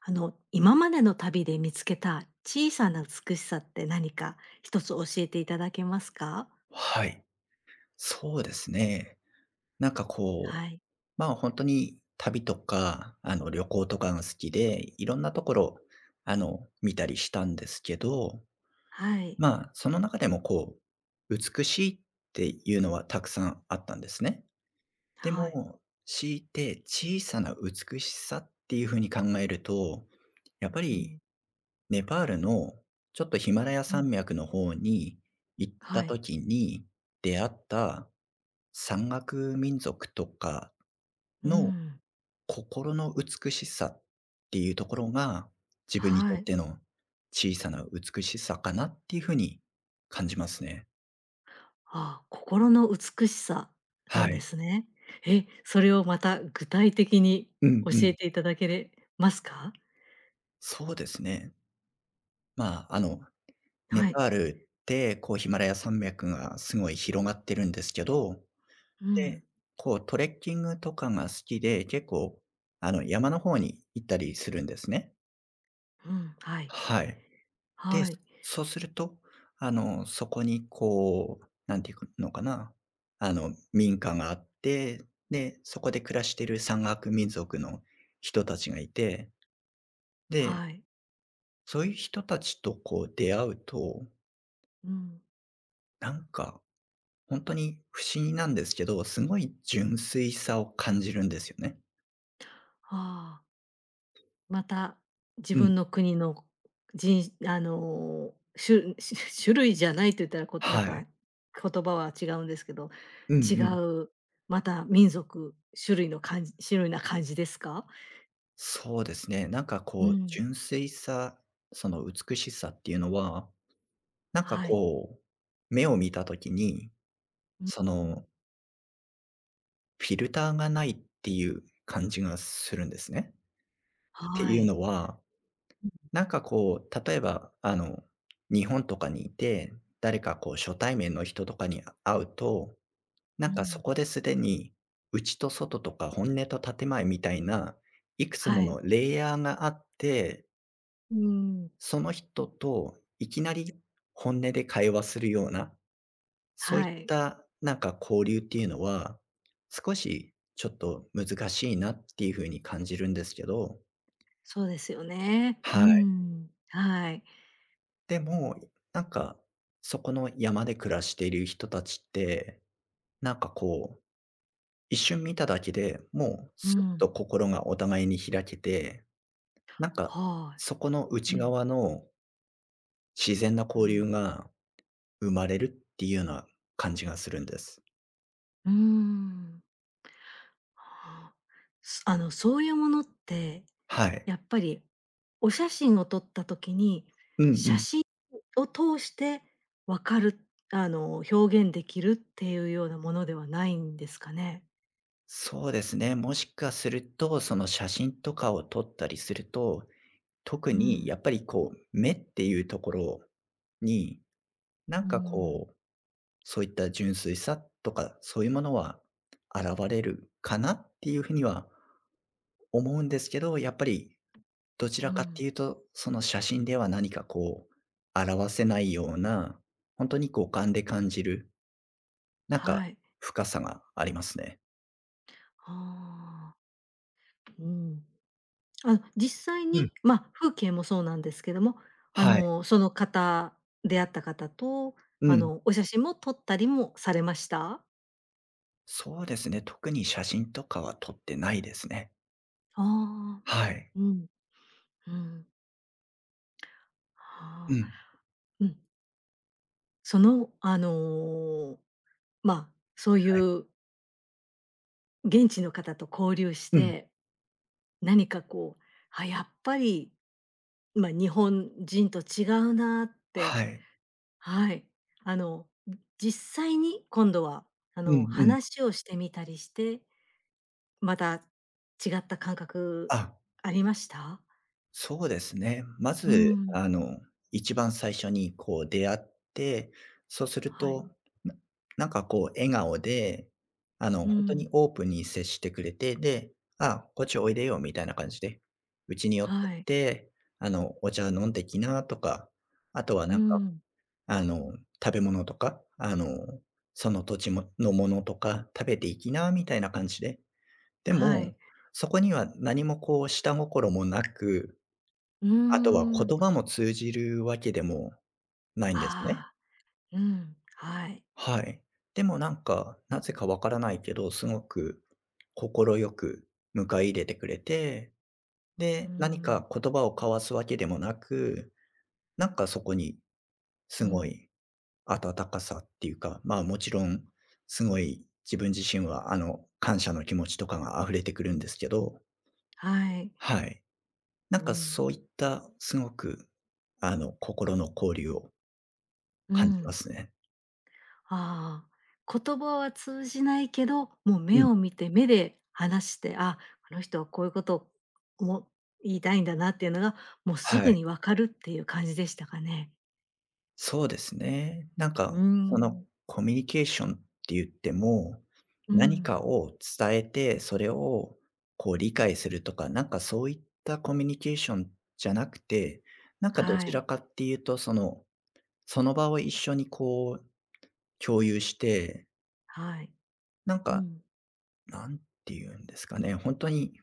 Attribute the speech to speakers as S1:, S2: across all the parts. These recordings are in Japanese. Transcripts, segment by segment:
S1: 今までの旅で見つけた小さな美しさって何か一つ教えていただけますか？
S2: はい。そうですね。なんかこう、
S1: はい。
S2: まあ本当に旅とか、旅行とかが好きで、いろんなところ、見たりしたんですけど、
S1: はい。
S2: まあ、その中でもこう、美しいっていうのはたくさんあったんですね。で
S1: はい。
S2: も、強いて小さな美しさっていうふうに考えると、やっ
S1: う
S2: ぱ
S1: ん。
S2: りネパールのちょっとヒマラヤ
S1: う
S2: 山
S1: ん。
S2: 脈の方に行っ
S1: は
S2: た
S1: い。
S2: 時に出会った山岳民族とか
S1: う
S2: の
S1: ん。
S2: 心の美しさっていうところが、自分にと
S1: は
S2: っ
S1: い。
S2: ての小さな美しさかなっていうふうに感じますね。
S1: ああ、心の美しさな
S2: は
S1: んで
S2: い。
S1: すね。それをまた具体的に
S2: うん
S1: 教
S2: う
S1: え
S2: ん。
S1: ていただけれますか？
S2: そうですね。まあ、ネ
S1: はい。
S2: パールってこうヒマラヤ山脈がすごい広がってるんですけど
S1: うん。
S2: で、こうトレッキングとかが好きで、結構山の方に行ったりするんですね。
S1: うん。はい。
S2: はい。で、
S1: はい。
S2: そうすると、そこにこう、なんていうのかな、民家があって、で、そこで暮らしている山岳民族の人たちがいて、で、
S1: はい。
S2: そういう人たちとこう出会うと、
S1: うん。
S2: なんか本当に不思議なんですけど、すごい純粋さを感じるんですよね。
S1: ああ。また、自
S2: うん。
S1: 分の国の、じんあの、種種 種類じゃないと言ったら、なん
S2: はい。
S1: か、言葉は違うんですけど、
S2: うんう
S1: 違
S2: ん。
S1: う、また民族、種類な感じですか？
S2: そうですね。なんか
S1: う
S2: こう、
S1: ん、
S2: 純粋さ、その美しさっていうのは、なんか
S1: はい。
S2: こう、目を見た時に、
S1: うん、
S2: そ
S1: うん、
S2: のフィルターがないっていう感じがするんですね。
S1: は
S2: っていう
S1: い。
S2: のは、
S1: う
S2: なんかこう、例えば、日本とかにいて、誰かこう初対面の人とかに会うと、なん
S1: ん、
S2: かそこですでに、内と外とか本音と建前みたいな、いくつ
S1: は
S2: も
S1: い。
S2: のレイヤーがあって、
S1: うん、
S2: その人といきなり本音で会話するような、そうい
S1: は
S2: っ
S1: い。
S2: たなんか交流っていうのは、少しちょっと難しいなっていう風に感じるんですけど、
S1: そうですよね。う
S2: はい。
S1: ん、はい。
S2: でも、なんかそこの山で暮らしている人たちって、なんかこう、一瞬見ただけでもう
S1: う
S2: すっ
S1: ん、
S2: と心がお互いに開けて、なんか
S1: は
S2: そこの
S1: い。う
S2: 内
S1: ん、
S2: 側の自然な
S1: う
S2: 交流
S1: ん、
S2: が生まれるっていうような感じがするんです。
S1: うん。はあ。すあの、そういうものって、
S2: はい。
S1: やっぱりお写真を撮った時に、
S2: うんう
S1: 写
S2: ん。
S1: 真を通して分かる、あの、表現できるっていうようなものではないんですかね？
S2: そうですね。もしかすると、その写真とかを撮ったりすると、特
S1: う
S2: に
S1: ん、
S2: やっぱりこう、目っていうところに、な
S1: う
S2: んか
S1: ん、
S2: こう、そういった純粋さとか、そういうものは現れるかなっていうふうには思うんですけど、やっぱりどち
S1: う
S2: らかって
S1: ん。
S2: いうと、その写真では何かこう、表せないような、本当に五感で感じる、なんか
S1: はい。
S2: 深さがありますね。
S1: ああ、うん。あ、実際
S2: うん。
S1: に、まあ、風景もそうなんですけども、あ
S2: はい。
S1: の、その方出会った方と、
S2: うん。
S1: お写真も撮ったりもされました？
S2: そうですね、特に写真とかは撮ってないですね。
S1: ああ
S2: はい。
S1: ー、うん。うん。
S2: う
S1: はあ。
S2: ん。
S1: うん。その、あの、まあ、そうい
S2: はい。
S1: う現地の方と交流し
S2: うん。
S1: て、何かこう、あ、やっぱり、まあ、日本人と違うなって、
S2: はい。
S1: はい。あの、実際に今度は、
S2: うんうん。
S1: 話をしてみたりして、また違った感覚
S2: あ、
S1: ありました？
S2: そうですね。ま
S1: う
S2: ず、
S1: ん。
S2: 一番最初にこう出会って、そうする
S1: はい。
S2: と、ななんかこう笑顔で、
S1: う
S2: 本当
S1: ん。
S2: にオープンに接してくれて、で、「あ、こっちおいでよ」みたいな感じで、「うちに寄って
S1: は
S2: っ
S1: い。
S2: て、お茶飲んできな」とか、あとは
S1: う
S2: なんか
S1: ん。
S2: あの、食べ物とか、その土地ものものとか食べていきなみたいな感じで。で
S1: は
S2: も、
S1: い。
S2: そこには何もこう下心もなく、
S1: う
S2: あとは
S1: ーん。
S2: 言葉も通じるわけでもないん
S1: あ
S2: ですね。
S1: あ。うん、はい。
S2: はい。でもなんか、なぜかわからないけど、すごく快く迎え入れてくれて、
S1: う
S2: で、何
S1: ん、
S2: か言葉を交わすわけでもなく、なんかそこにす
S1: う
S2: ご
S1: ん、
S2: い温かさっていうか、まあ、もちろん、すごい自分自身は、感謝の気持ちとかが溢れてくるんですけど、
S1: はい。
S2: はい。
S1: う
S2: なんか
S1: ん、
S2: そういったすごく、心の交流を
S1: う
S2: 感じま
S1: ん。
S2: すね。
S1: ああ、言葉は通じないけど、もう
S2: う
S1: 目
S2: ん。
S1: を見て、目で話して、あ、この人はこういうことをも言いたいんだなっていうのが、もうす
S2: は
S1: ぐ
S2: い。
S1: にわかるっていう感じでしたかね。
S2: そうですね。なん
S1: う
S2: か、その
S1: ん、
S2: コミュニケーションって言っても、
S1: う
S2: 何
S1: ん、
S2: かを伝えて、それをこう理解するとか、なんかそういったコミュニケーションじゃなくて、なんかど
S1: は
S2: ちら
S1: い、
S2: かっていうと、その場を一緒にこう共有して、
S1: はい。
S2: なん
S1: う
S2: か、
S1: ん、
S2: なんて言うんですかね、本当に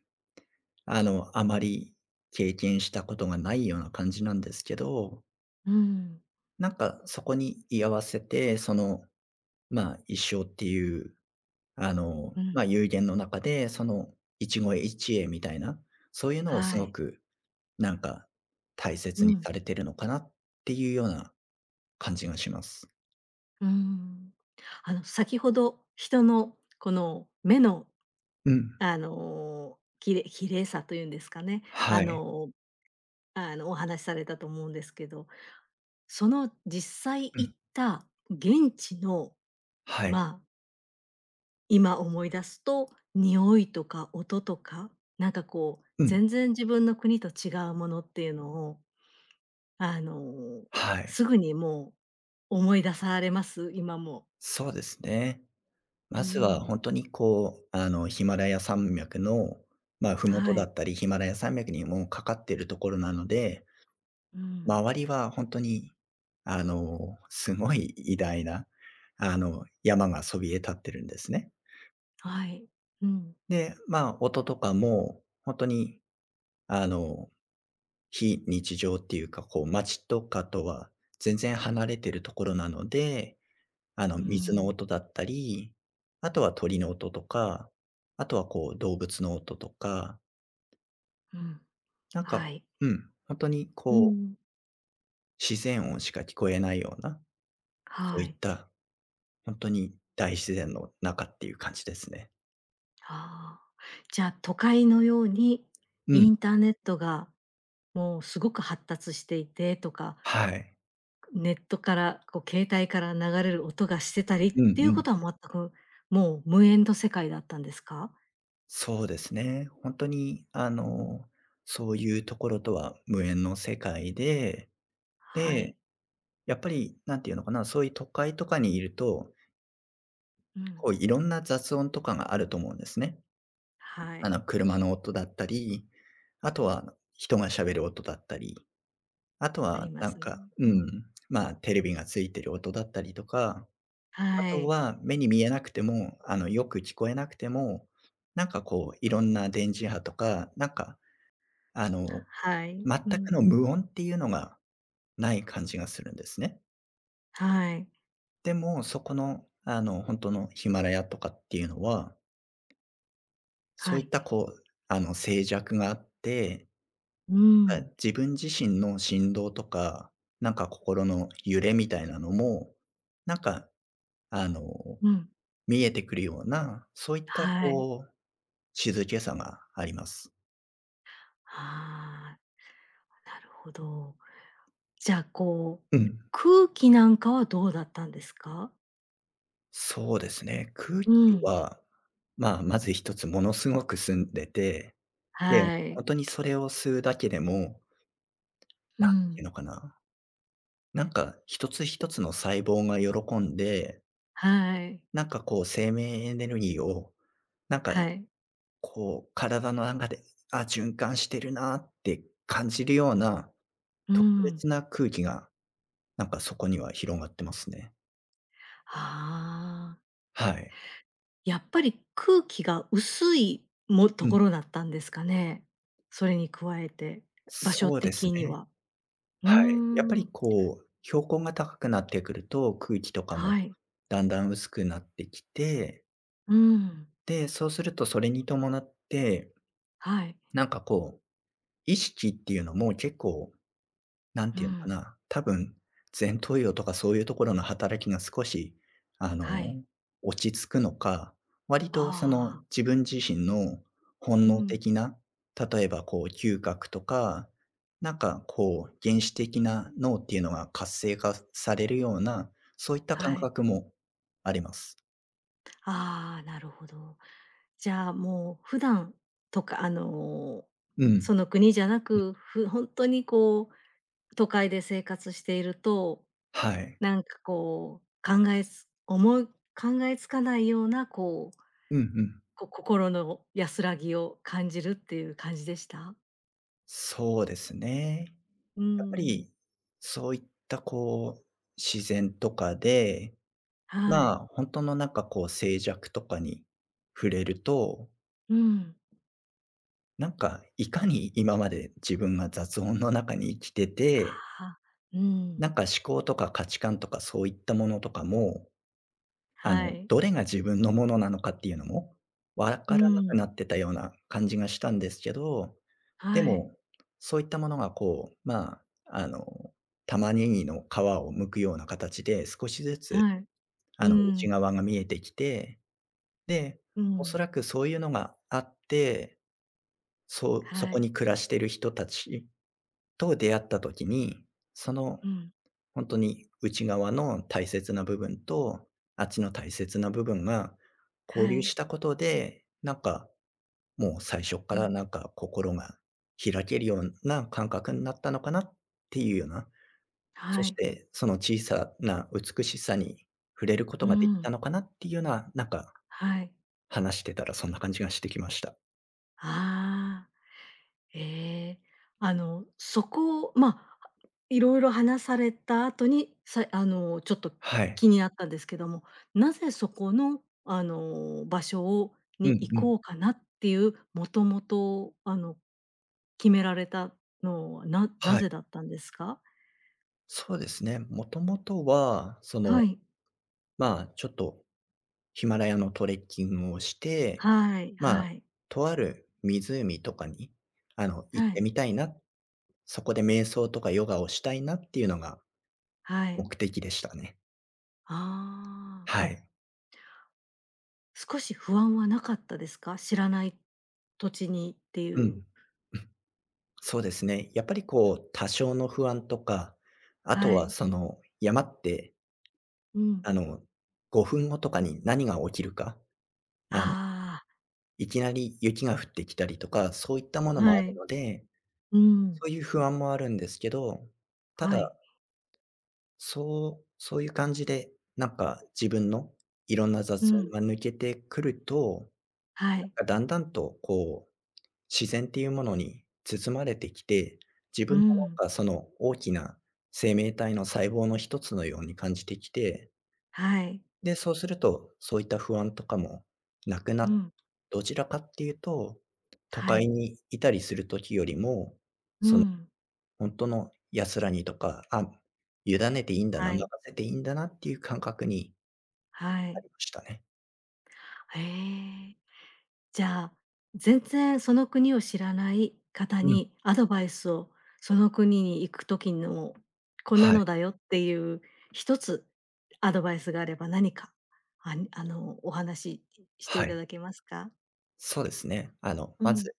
S2: あまり経験したことがないような感じなんですけど、
S1: うん、
S2: なんかそこに居合わせて、その、まあ、一生っていう、
S1: う
S2: ま
S1: ん、
S2: あ、有限の中で、その一期一会みたいな、そういうのをす
S1: は
S2: ご
S1: い。
S2: くなんか大
S1: う
S2: 切に
S1: ん、
S2: されてるのかなっていうような感じがします。
S1: うん。先ほど、人のこの目の
S2: うん。
S1: 綺麗さというんですかね、
S2: は
S1: あ
S2: い。
S1: のーお話しされたと思うんですけど、その実際
S2: う
S1: 行
S2: ん。
S1: った現地の、
S2: は
S1: ま
S2: い。
S1: あ、今思い出すと、匂いとか音とか、なんかこう、
S2: うん。
S1: 全然自分の国と違うものっていうのを、あのー、
S2: はい。
S1: すぐにもう思い出されます？今も。
S2: そうですね。
S1: う
S2: まずは
S1: ん、
S2: 本当にこう、ヒマラヤ山脈の、まあ、麓
S1: は
S2: だ
S1: い。
S2: ったり、ヒマラヤ山脈にもうかかっているところなので、
S1: うん、
S2: 周りは本当に、すごい偉大な、山がそびえ立ってるんですね。
S1: はい。うん、
S2: で、音とかも本当に、あの、非日常っていうか、こう街とかとは全然離れてるところなので
S1: う
S2: 水の
S1: ん、
S2: 音だったり、あとは鳥の音とか、あとはこう動物の音とか、
S1: うん、
S2: なんか
S1: はい。
S2: うん、ほんとに
S1: う
S2: こう
S1: ん、
S2: 自然音しか聞こえないような、そう
S1: は
S2: いっ
S1: い。
S2: たほんとに大自然の中っていう感じですね。
S1: ああ。じゃあ、都会のように
S2: うん、
S1: インターネットがもうすごく発達していてとか、
S2: はい。
S1: ネットからこう携帯から流れる音がしてたりっ
S2: うん
S1: てい
S2: う
S1: うこ
S2: ん。
S1: とは全く、もう無縁の世界だったんですか？
S2: そうですね。ほんとにそういうところとは無縁の世界で、
S1: はい。
S2: で、やっぱり何て言うのかな、そういう都会とかにいると、
S1: うん。
S2: こういろんな雑音とかがあると思うんですね。
S1: はい。
S2: 車の音だったり、あとは人が喋る音だったり、あと
S1: あ
S2: は
S1: りま
S2: な
S1: す
S2: ん
S1: ね。
S2: かう
S1: う
S2: ん、
S1: ん。
S2: まあ、テレビがついてる音だったりとか、あ
S1: は
S2: と
S1: い。
S2: は目に見えなくても、よく聞こえなくても、なんかこういろんな電磁波とか、なんかあの、
S1: はい。
S2: 全
S1: う
S2: く
S1: ん。
S2: の無音っていうのがない感じがするんですね。
S1: はい。
S2: でも、そこの、本当のヒマラヤとかっていうのは、そ
S1: は
S2: ういっ
S1: い。
S2: たこう、静寂があって
S1: うー
S2: はい、
S1: ん。
S2: 自分自身の振動とか、なんか心の揺れみたいなのも、なんか、あの、
S1: うん。
S2: 見えてくるような、そういった
S1: はい。
S2: こう、静けさがあります。
S1: ああ。なるほど。じゃあ、こう、
S2: うん、
S1: 空気なんかはどうだったんですか？
S2: そうですね。空
S1: う
S2: 気
S1: ん、
S2: は、まあ、まず一つものすごく澄んでて、で、
S1: はい。
S2: 本当にそれを吸うだけでも、
S1: う
S2: なんてい
S1: ん、
S2: うのかな、なんか一つ一つの細胞が喜んで、
S1: はい。
S2: なんかこう生命エネルギーを、なんか
S1: はい。
S2: こう、体の中で、あ、循環してるなって感じるような、
S1: う
S2: 特別
S1: ん。
S2: な空気が、なんかそこには広がってますね。
S1: ああ、
S2: はい。
S1: やっぱり空気が薄いと
S2: う
S1: こ
S2: ん。
S1: ろだったんですかね？それに加えて、場所
S2: そうです
S1: 的に
S2: ね。
S1: は。う
S2: はい。やっぱ
S1: ーん、
S2: りこう、標高が高くなってくると、空気とかも
S1: はい。
S2: だんだん薄くなってきて、
S1: うん、
S2: で、そうするとそれに伴って、
S1: はい。
S2: なんかこう、意識っていうのも結構なん
S1: う
S2: ていうのか
S1: ん、
S2: な、多分、前頭葉とかそういうところの働きが少し、あの、
S1: はい。
S2: 落ち着くのか、割とその
S1: ああ、
S2: 自分自身の本
S1: う
S2: 能
S1: ん、
S2: 的な、例えばこう嗅覚とか、なんかこう原始的な脳っていうのが活性化されるような、そういった感
S1: はい。
S2: 覚もあります。
S1: ああ、なるほど。じゃあ、もう普段とか、
S2: うん。
S1: その国じゃなく、本当にこう、都会で生活していると、
S2: はい。
S1: なんかこう、考えつかないような、こう、
S2: うんうん。
S1: 心の安らぎを感じるっていう感じでした？
S2: そうですね。
S1: うん
S2: やっ
S1: う
S2: ぱ
S1: ん。
S2: り、そういったこう、自然とかで、
S1: はい。
S2: まあ、本当のなんかこう静寂とかに触れると、
S1: うん。
S2: なんかいかに今まで自分が雑音の中に生きてて、
S1: ああ、うん。
S2: なんか思考とか価値観とかそういったものとかも、
S1: はい。
S2: どれが自分のものなのかっていうのもわ
S1: う
S2: からなく
S1: ん。
S2: なってたような感じがしたんですけど、で
S1: はい。
S2: も、そういったものがこう、まあ、玉ねぎの皮を剥くような形で少しずつ、
S1: はい。う
S2: 内
S1: ん。
S2: 側が見えてきてで、
S1: う
S2: おそ
S1: ん。
S2: らくそういうのがあって、そうそ
S1: は
S2: こ
S1: い。
S2: に暮らしてる人たちと出会った時に、その
S1: うん。
S2: ほんとに内側の大切な部分と、あっちの大切な部分が交
S1: は
S2: 流
S1: い。
S2: したことで、なんか、もう最初っか
S1: う
S2: ら
S1: ん。
S2: なんか心が開けるような感覚になったのかなっていうような、そ
S1: は
S2: し
S1: い。
S2: てその小さな美しさに触れること
S1: う
S2: ができた
S1: ん。
S2: のかなっていうような、なんか
S1: はい。
S2: 話してたらそんな感じがしてきました。
S1: ああ、ええ。そこを、まあ、いろいろ話された後に、さあの、ちょっと
S2: はい。
S1: 気になったんですけども、なぜそこの、場所をに
S2: うん
S1: 行
S2: うん。
S1: こうかなっていう、もともと、決められたのは、な
S2: はい。
S1: ぜだったんですか？
S2: そうですね。もともとは、その、
S1: はい。
S2: まあ、ちょっとヒマラヤのトレッキングをして、
S1: はい
S2: まあ、
S1: はい。
S2: とある湖とかに、行
S1: は
S2: って
S1: い。
S2: みたいな、そこで瞑想とかヨガをしたいなっていうのが
S1: はい。
S2: 目的でしたね。
S1: ああ、
S2: はい。
S1: 少し不安はなかったですか？知らない土地にってい
S2: う
S1: う。
S2: ん。そうですね。やっぱりこう、多少の不安とか、あと
S1: は
S2: は
S1: い。
S2: その、山って、
S1: うん。
S2: あの、5分後とかに何が起きるか、あの
S1: あ
S2: いきなり雪が降ってきたりとか、そういったも
S1: あ、
S2: のも
S1: は
S2: ある
S1: い。
S2: ので、
S1: うん。
S2: そういう不安もあるんですけど、た
S1: は
S2: だ、
S1: い。
S2: そういう感じで、なんか自分のいろんな
S1: う
S2: 雑音
S1: ん。
S2: が抜けてくると、
S1: は
S2: なん
S1: い。
S2: かだんだんとこう、自然っていうものに包まれてきて、自
S1: う
S2: 分も
S1: ん。
S2: なんかその大きな生命体の細胞の一つのように感じてきて
S1: はい。
S2: で、そうすると、そういった不安とかもなくな
S1: う
S2: っ
S1: ん。
S2: どちらかっていうと、都
S1: は
S2: 会
S1: い。
S2: にいたりする時よりも、
S1: うん。
S2: ほんとの安らぎとか、あ、委ねていいんだな、
S1: は
S2: 任
S1: い。
S2: せていいんだなっていう感覚に
S1: は
S2: な
S1: い。
S2: りましたね。
S1: へえ。じゃあ、全然その国を知らない方
S2: うん。
S1: にアドバイスを、その国に行く時の、こんな
S2: はい、
S1: のだよっていう一つアドバイスがあれば何か、お話しして
S2: は
S1: いた
S2: い。
S1: だけますか？
S2: そうですね。
S1: う
S2: ま
S1: ん。
S2: ず、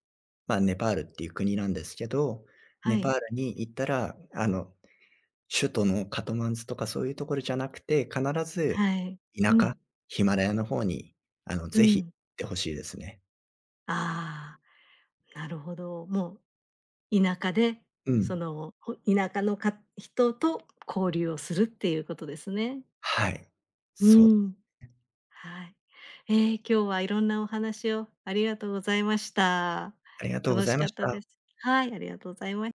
S2: まあ、ネパールっていう国なんですけど、
S1: は
S2: ネパー
S1: い。
S2: ルに行ったら、首都のカトマンズとかそういうところじゃなくて、必ず
S1: はい。
S2: 田
S1: う
S2: 舎、
S1: ん。
S2: ヒマラヤの方に、
S1: う
S2: ぜひ行っ
S1: ん。
S2: てほしいですね。
S1: ああ、なるほど。もう田舎で、
S2: うん。
S1: 田舎の人と交流をするっていうことですね。
S2: はい。
S1: う
S2: そう、
S1: ん、はい。今日はいろんなお話をありがとうございました。
S2: ありがとうご
S1: 楽
S2: ざ
S1: し
S2: い
S1: か
S2: ま
S1: っ
S2: し
S1: たで
S2: た。
S1: す。はい、ありがとうございました。